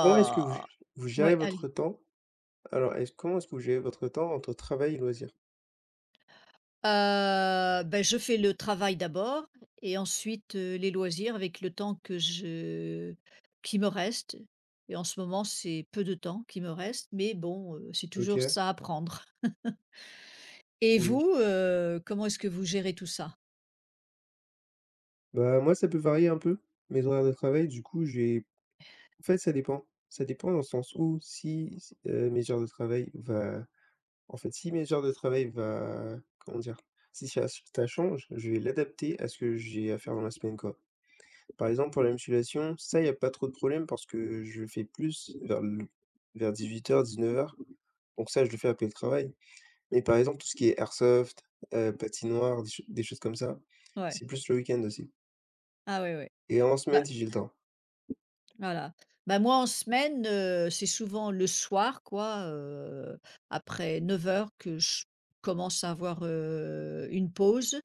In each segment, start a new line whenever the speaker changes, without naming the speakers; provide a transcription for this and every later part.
Comment est-ce que vous vous gérez
ouais, allez.
votre temps? Alors, est-ce comment est-ce que vous gérez votre temps entre travail et loisirs?
Bah, je fais le travail d'abord et ensuite, les loisirs avec le temps que je qui me reste et en ce moment, c'est peu de temps qui me reste, mais bon, c'est toujours
OK,
ça à prendre. Et
oui.
vous, comment est-ce que vous gérez tout ça?
Bah, moi, ça peut varier un peu, mes horaires de travail. Du coup, j'ai en fait, ça dépend. Ça dépend dans le sens où si mes heures de travail va en fait, si mes heures de travail va, comment dire? Si ça change, je vais l'adapter à ce que j'ai à faire dans la semaine, quoi. Par exemple, pour la musculation, ça, il y a pas trop de problème parce que je fais plus vers 9 heures, 19 heures. Donc ça, je le fais après le travail. Mais par exemple, tout ce qui est airsoft, patinoire, des choses comme ça,
Ouais.
c'est plus le week-end aussi
Ah ouais, ouais.
et en semaine
Bah,
si j'ai le temps.
voilà. Bah, moi, en semaine, c'est souvent le soir, quoi, après 9 heures, que je commence à avoir, une pause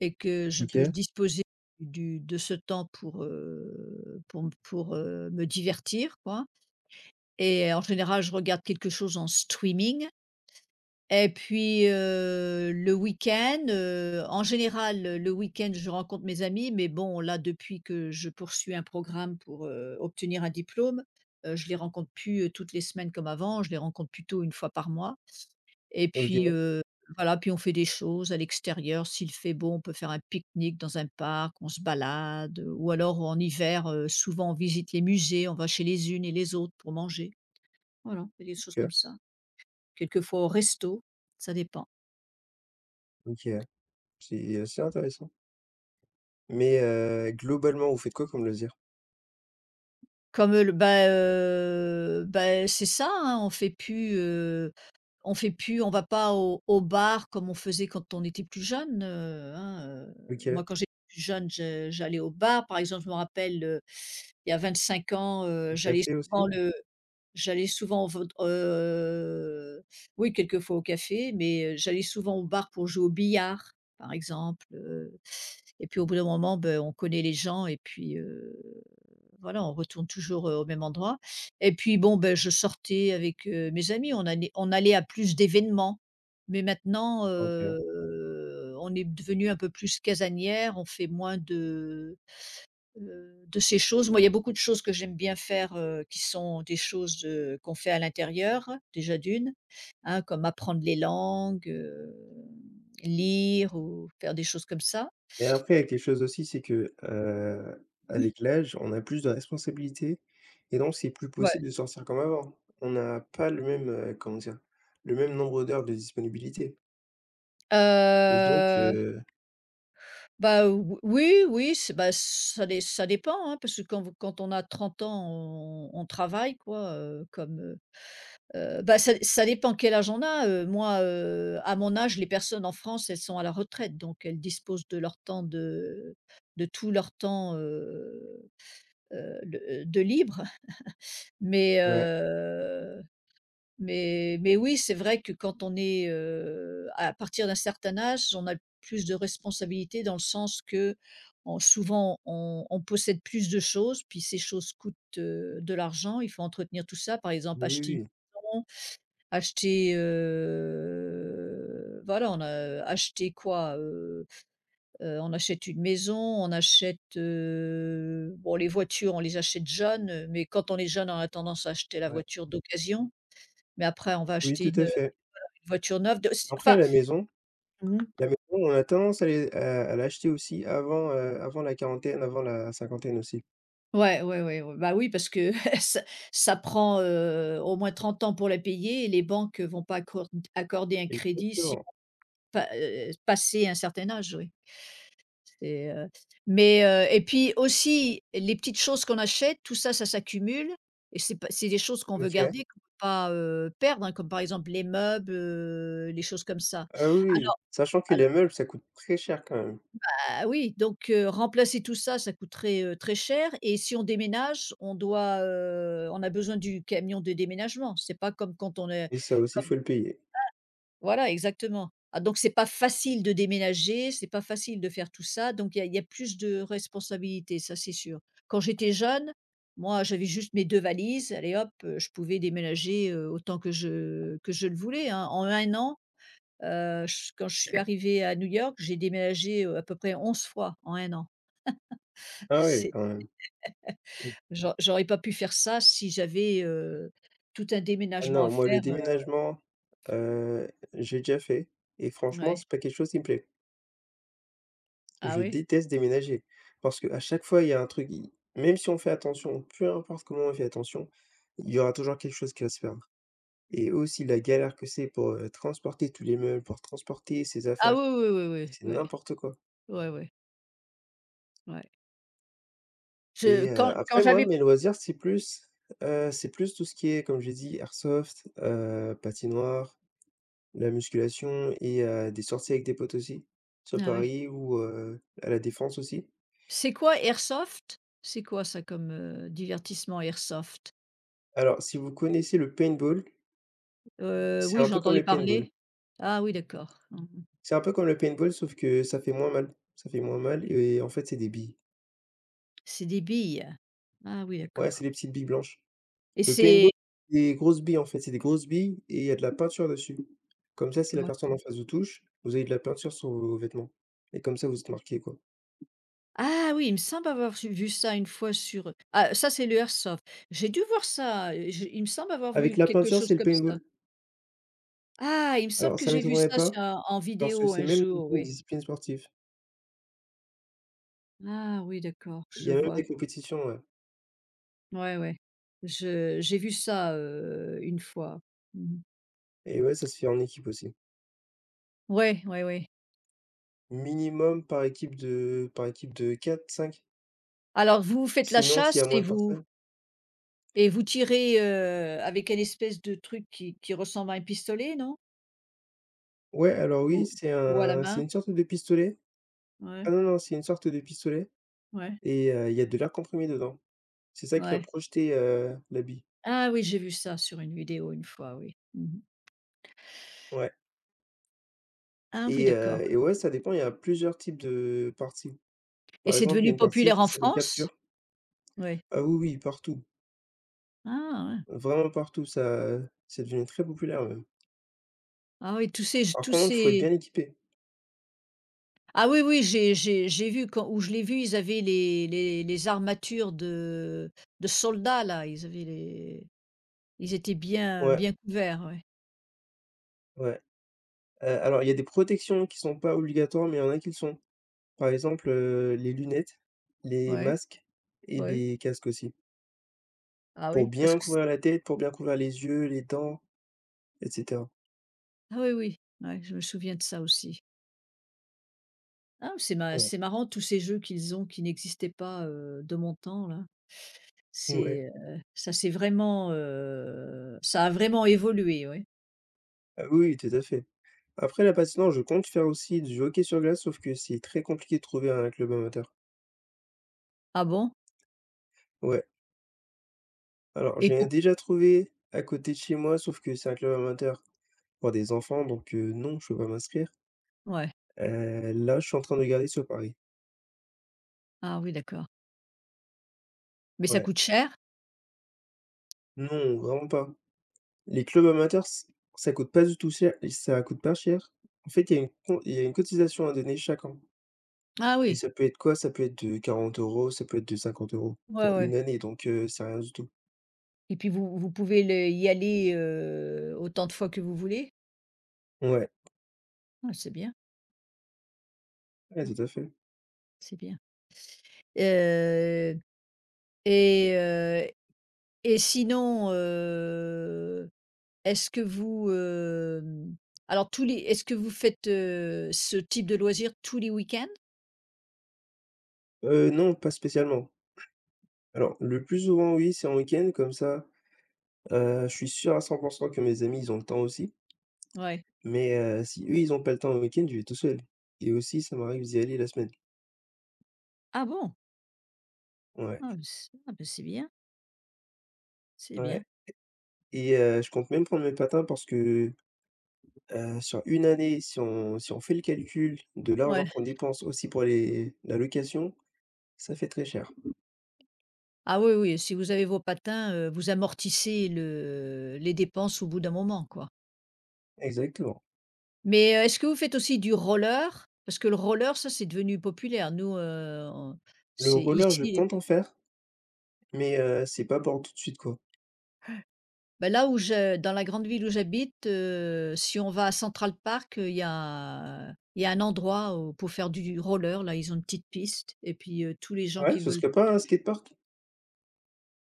et que je peux
OK.
disposer du de ce temps pour me divertir quoi et en général, je regarde quelque chose en streaming et puis, le week-end, en général, le week-end, je rencontre mes amis mais bon, là, depuis que je poursuis un programme pour, obtenir un diplôme, je les rencontre plus, toutes les semaines comme avant, je les rencontre plutôt une fois par mois et
OK,
puis, voilà, puis on fait des choses à l'extérieur. S'il fait beau, on peut faire un pique-nique dans un parc, on se balade, ou alors en hiver, souvent on visite les musées, on va chez les unes et les autres pour manger. Voilà, on fait des choses
OK,
comme ça. Quelquefois au resto, ça dépend.
OK. C'est assez intéressant. Mais globalement, vous faites quoi comme loisir?
Bah, c'est ça, hein, on fait plus, on va pas au bar comme on faisait quand on était plus jeune, hein,
OK, au
moi quand j'étais plus jeune, je j'allais au bar. Par exemple, je me rappelle, il y a 25 ans, j'allais
café
souvent
aussi?
le J'allais souvent v oui quelquefois au café, mais j'allais souvent au bar pour jouer au billard, par exemple, et puis au bout d'un moment, beh, on connaît les gens et puis, voilà, on retourne toujours, au même endroit et puis bon, beh, je sortais avec, mes amis, on allait à plus d'événements. Mais maintenant,
OK.
on est devenu un peu plus casanière, on fait moins de ces choses, moi, il y a beaucoup de choses que j'aime bien faire, qui sont des choses, qu'on fait à l'intérieur, déjà d'une, hein, comme apprendre les langues, lire ou faire des choses comme ça.
Mais après, il y a quelque chose aussi, c'est que, avec l'âge, on a plus de responsabilités et donc c'est plus
Ouais.
possible de sortir comme avant. On n'a pas le même, comment dire? Le même nombre d'heures de disponibilité et donc
Heu, Bah, ou oui, oui, c'est bah, ça dé ça dépend, hein, parce que quand on a 30 ans, on travaille quoi, comme, Bah, ça dépend quel âge on a, moi, à mon âge, les personnes en France, elles sont à la retraite, donc elles disposent de leur temps de tout leur temps, le de libre. Mais
ouais,
heu, mais oui, c'est vrai que quand on est, à partir d'un certain âge, on a plus de responsabilités dans le sens qu'on souvent on possède plus de choses, puis ces choses coûtent, de l'argent, il faut entretenir tout ça, par exemple
oui,
acheter une
oui,
maison. Acheter, voilà, on a acheté quoi? On achète une maison, on achète, bon, les voitures, on les achète jeunes, mais quand on est jeune, on a tendance à acheter la
ouais.
voiture d'occasion, mais après on va
Oui,
acheter
tout à
une
fait.
voiture neuve de s
Après
enfin.
la maison
Mmh.
La maison, on a tendance à les à l'acheter aussi avant, avant la quarantaine, avant la cinquantaine aussi.
Ouais, ouais, ouais, ouais, bah, oui, parce que ça ça prend, au moins 30 ans pour la payer et les banques, vont pas accorder un crédit si
Exactement.
on pa passé un certain âge, oui. C'est, heu, et puis aussi les petites choses qu'on achète, tout ça, ça s'accumule et c'est pas c'est des choses qu'on veut
OK.
garder, qu'on peut pas, perdre, hein, comme par exemple les meubles, les choses comme ça.
Ah oui, oui,
Alors
sachant que
al
les meubles, ça coûte très cher quand même
Ah oui, donc, remplacer tout ça, ça coûterait, très cher et si on déménage, on a besoin du camion de déménagement. C'est pas comme quand on est.
et ça aussi, il faut le payer.
Voilà, exactement. Ah donc c'est pas facile de déménager, c'est pas facile de faire tout ça, donc il y a plus de responsabilités, ça c'est sûr. Quand j'étais jeune, moi j'avais juste mes 2 valises, allez hop, je pouvais déménager, autant que je le voulais, hein. En un an, ch Quand je suis arrivée à New York, j'ai déménagé, à peu près 11 fois en un an.
Ah oui,
C'est
quand même.
j'au J'aurais pas pu faire ça si j'avais, tout un
Ah
déménagement
non,
à
moi le
faire,
déménagement, heu, j'ai déjà fait et franchement,
ouais.
c'est pas quelque chose qui me plaît.
Ah
Je
oui?
déteste déménager parce qu'à chaque fois, il y a un truc, même si on fait attention, peu importe comment on fait attention, il y aura toujours quelque chose qui va se perdre. Et aussi la galère que c'est pour transporter tous les meubles, pour transporter ses
Ah
affaires,
oui, oui, oui,
c'est
oui, ouais.
n'importe quoi.
Ouais, ouais, ouais. Je
Et
quand quand
après moi,
j'avais
mes loisirs, c'est plus tout ce qui est, comme j'ai dit, airsoft, patinoire, la musculation et des sorties avec des potes aussi, sur
Ah ouais.
Paris ou à La Défense aussi.
C'est quoi airsoft? C'est quoi ça comme, divertissement airsoft?
Alors, si vous connaissez le paintball, c'est
Oui,
un
j'ai
peu comme
entendu
le paintball.
parler. Ah oui, d'accord. Mmh.
C'est un peu comme le paintball sauf que ça fait moins mal. Ça fait moins mal et en fait, c'est des billes.
C'est des billes? Ah oui,
Ouais,
d'accord
c'est des petites billes blanches.
et
Le paintball,
c'est
c'est des grosses billes, en fait, c'est des grosses billes et il y a de la peinture dessus. Comme ça, si la
ouais.
personne en face vous touche, vous avez de la peinture sur vos vêtements et comme ça, vous êtes marqué quoi.
Ah oui, il me semble avoir su vu ça une fois sur ah ça, c'est le airsoft. J'ai dû voir ça, je il me semble avoir
Avec
vu
la
quelque
peinture,
chose
c'est le
comme ça.
paintball.
Ah, il me semble
Alors
que
ça
j'ai vu
m'étonnerait
ça
pas
en
parce que
vidéo
c'est
un
même
jour,
une
oui.
discipline sportive.
Ah oui, d'accord,
Il y
je
a même
vois.
des compétitions, ouais,
Ouais, ouais. Je j'ai vu ça, une fois. Mmh mh.
et ouais, ça se fait en équipe aussi.
Ouais, ouais, ouais.
Minimum par équipe de quatre, cinq.
Alors vous faites la
Sinon, s'il y
chasse
a moins
et
de personnes
vous tirez, avec une espèce de truc qui ressemble à un pistolet, non?
ouais, alors oui,
Ou ou à la
c'est
main?
une sorte de pistolet.
Ouais,
Ah non, non, c'est une sorte de pistolet
ouais,
et il y a de l'air comprimé dedans. C'est ça qui va
ouais.
projeter l'habit.
Ah oui, j'ai vu ça sur une vidéo une fois, oui. Mmh.
Ouais
Ah oui,
et heu
d'accord
et ouais, ça dépend, il y a plusieurs types de parties.
et
Par
c'est
exemple, il y a
devenu
une partie
populaire
qui
en
s'appelle
France?
capture.
Oui.
Ah oui, oui, partout,
Ah ouais.
vraiment partout, ça c'est devenu très populaire même.
Ah oui,
Par
tous
contre, faut être
ces
bien équipé.
Ah oui, oui, j'ai vu quand où je l'ai vu, ils avaient les armatures de soldats là, ils avaient les ils étaient bien
Ouais,
bien couverts, ouais.
ouais. Alors il y a des protections qui sont pas obligatoires, mais il y en a qui le sont. Par exemple, les lunettes, les
Ouais,
masques et
ouais.
les casques aussi.
Ah
Pour
oui, parce
bien
que c
couvrir la tête, pour bien couvrir les yeux, les dents et cetera.
Ah oui, oui, ouais, je me souviens de ça aussi. Ah,
Ouais,
c'est marrant tous ces jeux qu'ils ont qui n'existaient pas, de mon temps là.
ouais.
Ça c'est vraiment, ça a vraiment évolué, ouais.
Ah oui, oui, tout à fait. Après la patinage, je compte faire aussi du hockey sur glace, sauf que c'est très compliqué de trouver un club amateur.
Ah bon?
Ouais, alors
Et
j'ai
pour
déjà trouvé à côté de chez moi, sauf que c'est un club amateur pour des enfants, donc non, je peux pas m'inscrire.
Ouais.
Là, je suis en train de regarder sur Paris.
Ah oui, d'accord. Mais ça
Ouais,
coûte cher?
non, vraiment pas. Les clubs amateurs, ça coûte pas du tout cher, et ça coûte pas cher. En fait, il y a une cotisation à donner chaque an.
Ah
Et
oui.
ça peut être quoi? Ça peut être de 40 euros, ça peut être de 50 €
Ouais,
pour
ouais.
une année, donc c'est rien du tout.
Et puis vous pouvez le y aller, autant de fois que vous voulez?
Ouais,
Ah, c'est bien,
ouais,
mmh,
tout à fait.
c'est bien. Heu et heu sinon, est-ce que vous, hem, alors tous les est-ce que vous faites, ce type de loisir tous les week-ends?
Non, pas spécialement. Alors, le plus souvent, oui, c'est en week-end, comme ça, je suis sûr à 100 que mes amis, ils ont le temps aussi.
Ouais.
Mais, si eux, ils ont pas le temps le week-end, je vais tout seul et aussi, ça m'arrive d'y aller la semaine.
Ah bon?
Ouais,
Bah c'est bien, c'est bien.
ouais et je compte même prendre mes patins parce que, sur une année, si on fait le calcul de l'argent
Ouais.
qu'on dépense aussi pour les la location, ça fait très cher.
Ah oui, oui, si vous avez vos patins, vous amortissez le les dépenses au bout d'un moment, quoi.
Exactement.
Mais, est-ce que vous faites aussi du roller? Parce que le roller, ça, c'est devenu populaire. Nous, on
Le
c'est
roller, je
ici
compte en faire, mais, c'est pas pour tout de suite, quoi.
Bah, là où je dans la grande ville où j'habite, si on va à Central Park, il y a un endroit où pour faire du roller, là, ils ont une petite piste et puis, tous les gens
Ouais,
qui
ce
veulent
serait pas un skatepark?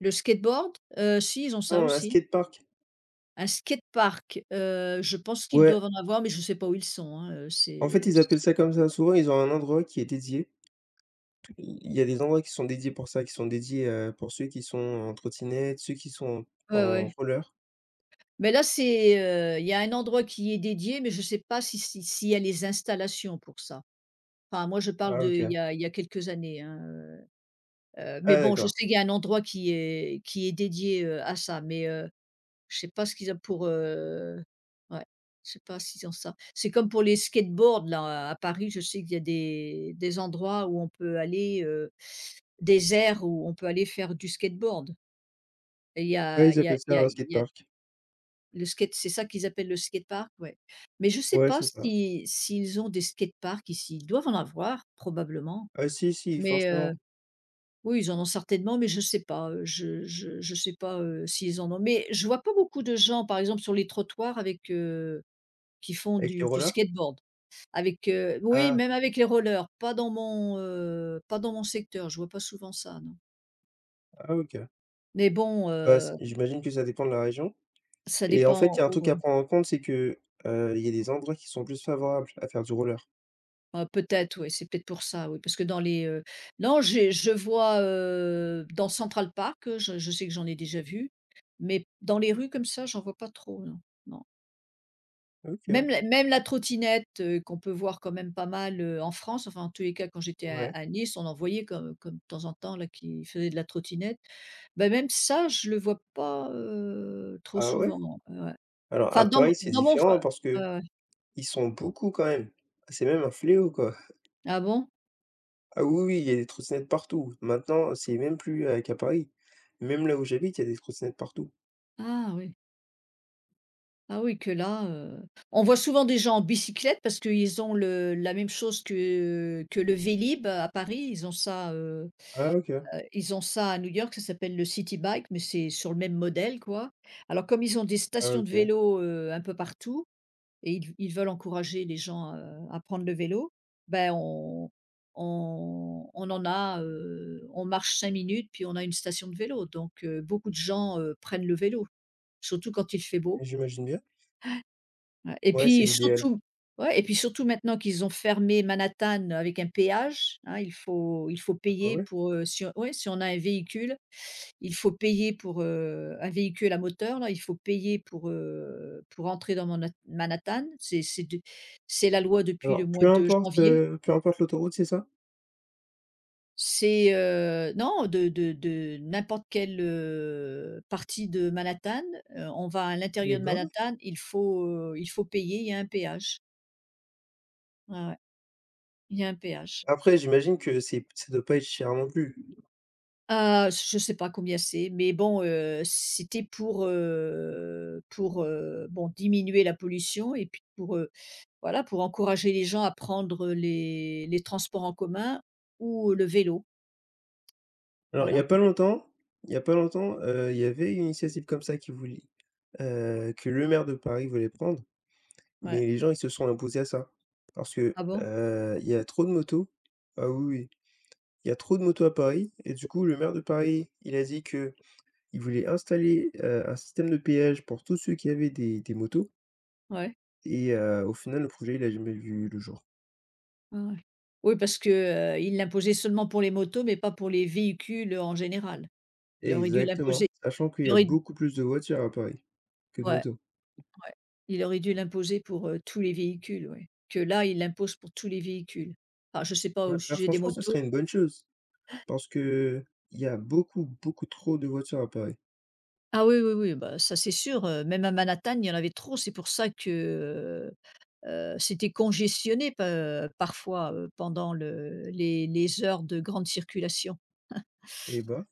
le skateboard? Si, ils ont ça
Non, un
aussi.
skatepark?
Un skatepark, je pense qu'ils
Ouais.
doivent en avoir, mais je ne sais pas où ils sont, hein,
En fait, ils appellent
c'est
ça
par
comme ça. Souvent, ils ont un endroit qui est dédié. Il y a des endroits qui sont dédiés pour ça, qui sont dédiés, pour ceux qui sont en trottinette, ceux qui sont en
ouais,
en
ouais.
roller.
Mais là, il y a un endroit qui y est dédié, mais je ne sais pas si s'il y a les installations pour ça. Enfin, moi, je parle
Ah
de, il
OK.
y a il y a quelques années, hein, mais
Ah
bon, je
d'accord.
sais qu'il y a un endroit qui est dédié, à ça, mais je sais pas ce qu'ils ont pour, ouais, je sais pas s'ils ont ça. C'est comme pour les skateboards, là, à Paris, je sais qu'il y a des endroits où on peut aller, des aires où on peut aller faire du skateboard et il y
Ouais,
a
ils
il y a
appellent
il y
ça
a
un
il y a
skatepark.
Le skate c'est ça qu'ils appellent le skatepark? Ouais. Mais je sais
Ouais,
pas
c'est ça.
si s'ils ont des skateparks ici. Ils doivent en avoir probablement,
Ah si, si,
mais
forcément,
oui, ils en ont certainement, mais je sais pas, s'ils en ont. Mais je vois pas beaucoup de gens, par exemple, sur les trottoirs avec, qui font
avec les
du
rollers?
skateboard. Oui,
Ah,
même avec les rollers, pas dans mon secteur, je vois pas souvent ça, non.
ah OK.
Mais bon,
Bah, c j'imagine que ça dépend de la région
ça
et en fait, il
dépend
y a un truc
où.
à prendre en compte, c'est que, il y a des endroits qui sont plus favorables à faire du roller.
Peut-être oui, c'est peut-être pour ça, oui, parce que dans les, non, j'ai je vois, dans Central Park, je sais que j'en ai déjà vu, mais dans les rues comme ça, j'en vois pas trop, non, non.
OK,
Même la trottinette, qu'on peut voir quand même pas mal, en France, enfin, en tous les cas, quand j'étais à
ouais.
à Nice, on en voyait comme de temps en temps là qui faisait de la trottinette. Bah, même ça, je le vois pas, trop
Ah ouais?
souvent, ouais.
Alors
Enfin
à Paris, c'est
dans mon
différent
voi
parce
Ouais,
que
ouais.
ils sont beaucoup quand même. C'est même un fléau, quoi.
Ah bon?
Ah oui, oui, il y a des trottinettes partout. Maintenant, c'est même plus, qu'à Paris. Même là où j'habite, il y a des trottinettes partout.
Ah oui. Ah oui, que là, on voit souvent des gens en bicyclette parce qu'ils ont le la même chose que le Vélib à Paris.
Ah OK.
Ils ont ça à New York, ça s'appelle le City Bike, mais c'est sur le même modèle, quoi. Alors comme ils ont des
Ah
stations de
OK,
vélo, un peu partout et ils veulent encourager les gens, à prendre le vélo, ben, on en a, on marche 5 minutes puis on a une station de vélo donc beaucoup de gens, prennent le vélo, surtout quand il fait beau.
j'imagine bien.
Ouais et
Ouais, c'est
puis
l'idéal.
surtout ouais et puis surtout maintenant qu'ils ont fermé Manhattan avec un péage, hein, il faut
Ah
payer
ouais?
pour, si on ouais, si on a un véhicule, il faut payer pour, un véhicule à moteur là, il faut payer pour entrer dans Manhattan. C'est la loi depuis le
Alors
mois
peu
de
importe,
janvier.
heu, peu importe l'autoroute, c'est ça?
Non, de n'importe quelle, partie de Manhattan, on va à
Eh
l'intérieur de
ben,
Manhattan, il faut payer, il y a un péage. Ouais, ouais, il y a un péage.
après j'imagine que c'est ça doit pas être cher non plus.
Ah, je sais pas combien c'est, mais bon, c'était pour, bon diminuer la pollution et puis pour, voilà, pour encourager les gens à prendre les transports en commun ou le vélo,
Alors il y
voilà,
a pas longtemps il y a pas longtemps, il y avait une initiative comme ça qui voulait, que le maire de Paris voulait prendre,
ouais.
mais les gens, ils se sont opposés à ça. Parce que,
Ah bon?
il y a trop de motos. Ah oui, oui. Il y a trop de motos à Paris et du coup, le maire de Paris, il a dit que il voulait installer, un système de péage pour tous ceux qui avaient des motos
Ouais,
et au final, le projet, il a jamais vu le jour.
ouais, ouais. Oui parce que, il l'imposait seulement pour les motos, mais pas pour les véhicules en général. Il aurait dû l'imposer
Exactement, sachant qu'il y
il
a
aurait
beaucoup plus de voitures à Paris que de
Ouais,
motos.
ouais, il aurait dû l'imposer pour, tous les véhicules, ouais. Que là, il l'impose pour tous les véhicules. Enfin, je ne sais pas
Ouais,
au
bah,
sujet des
franchement, ce
motos.
serait une bonne chose parce que il y a beaucoup, beaucoup trop de voitures à Paris
Ah oui, oui, oui, bah, ça c'est sûr, même à Manhattan, il y en avait trop. C'est pour ça que, c'était congestionné pa parfois, pendant le les heures de grande circulation.
et bah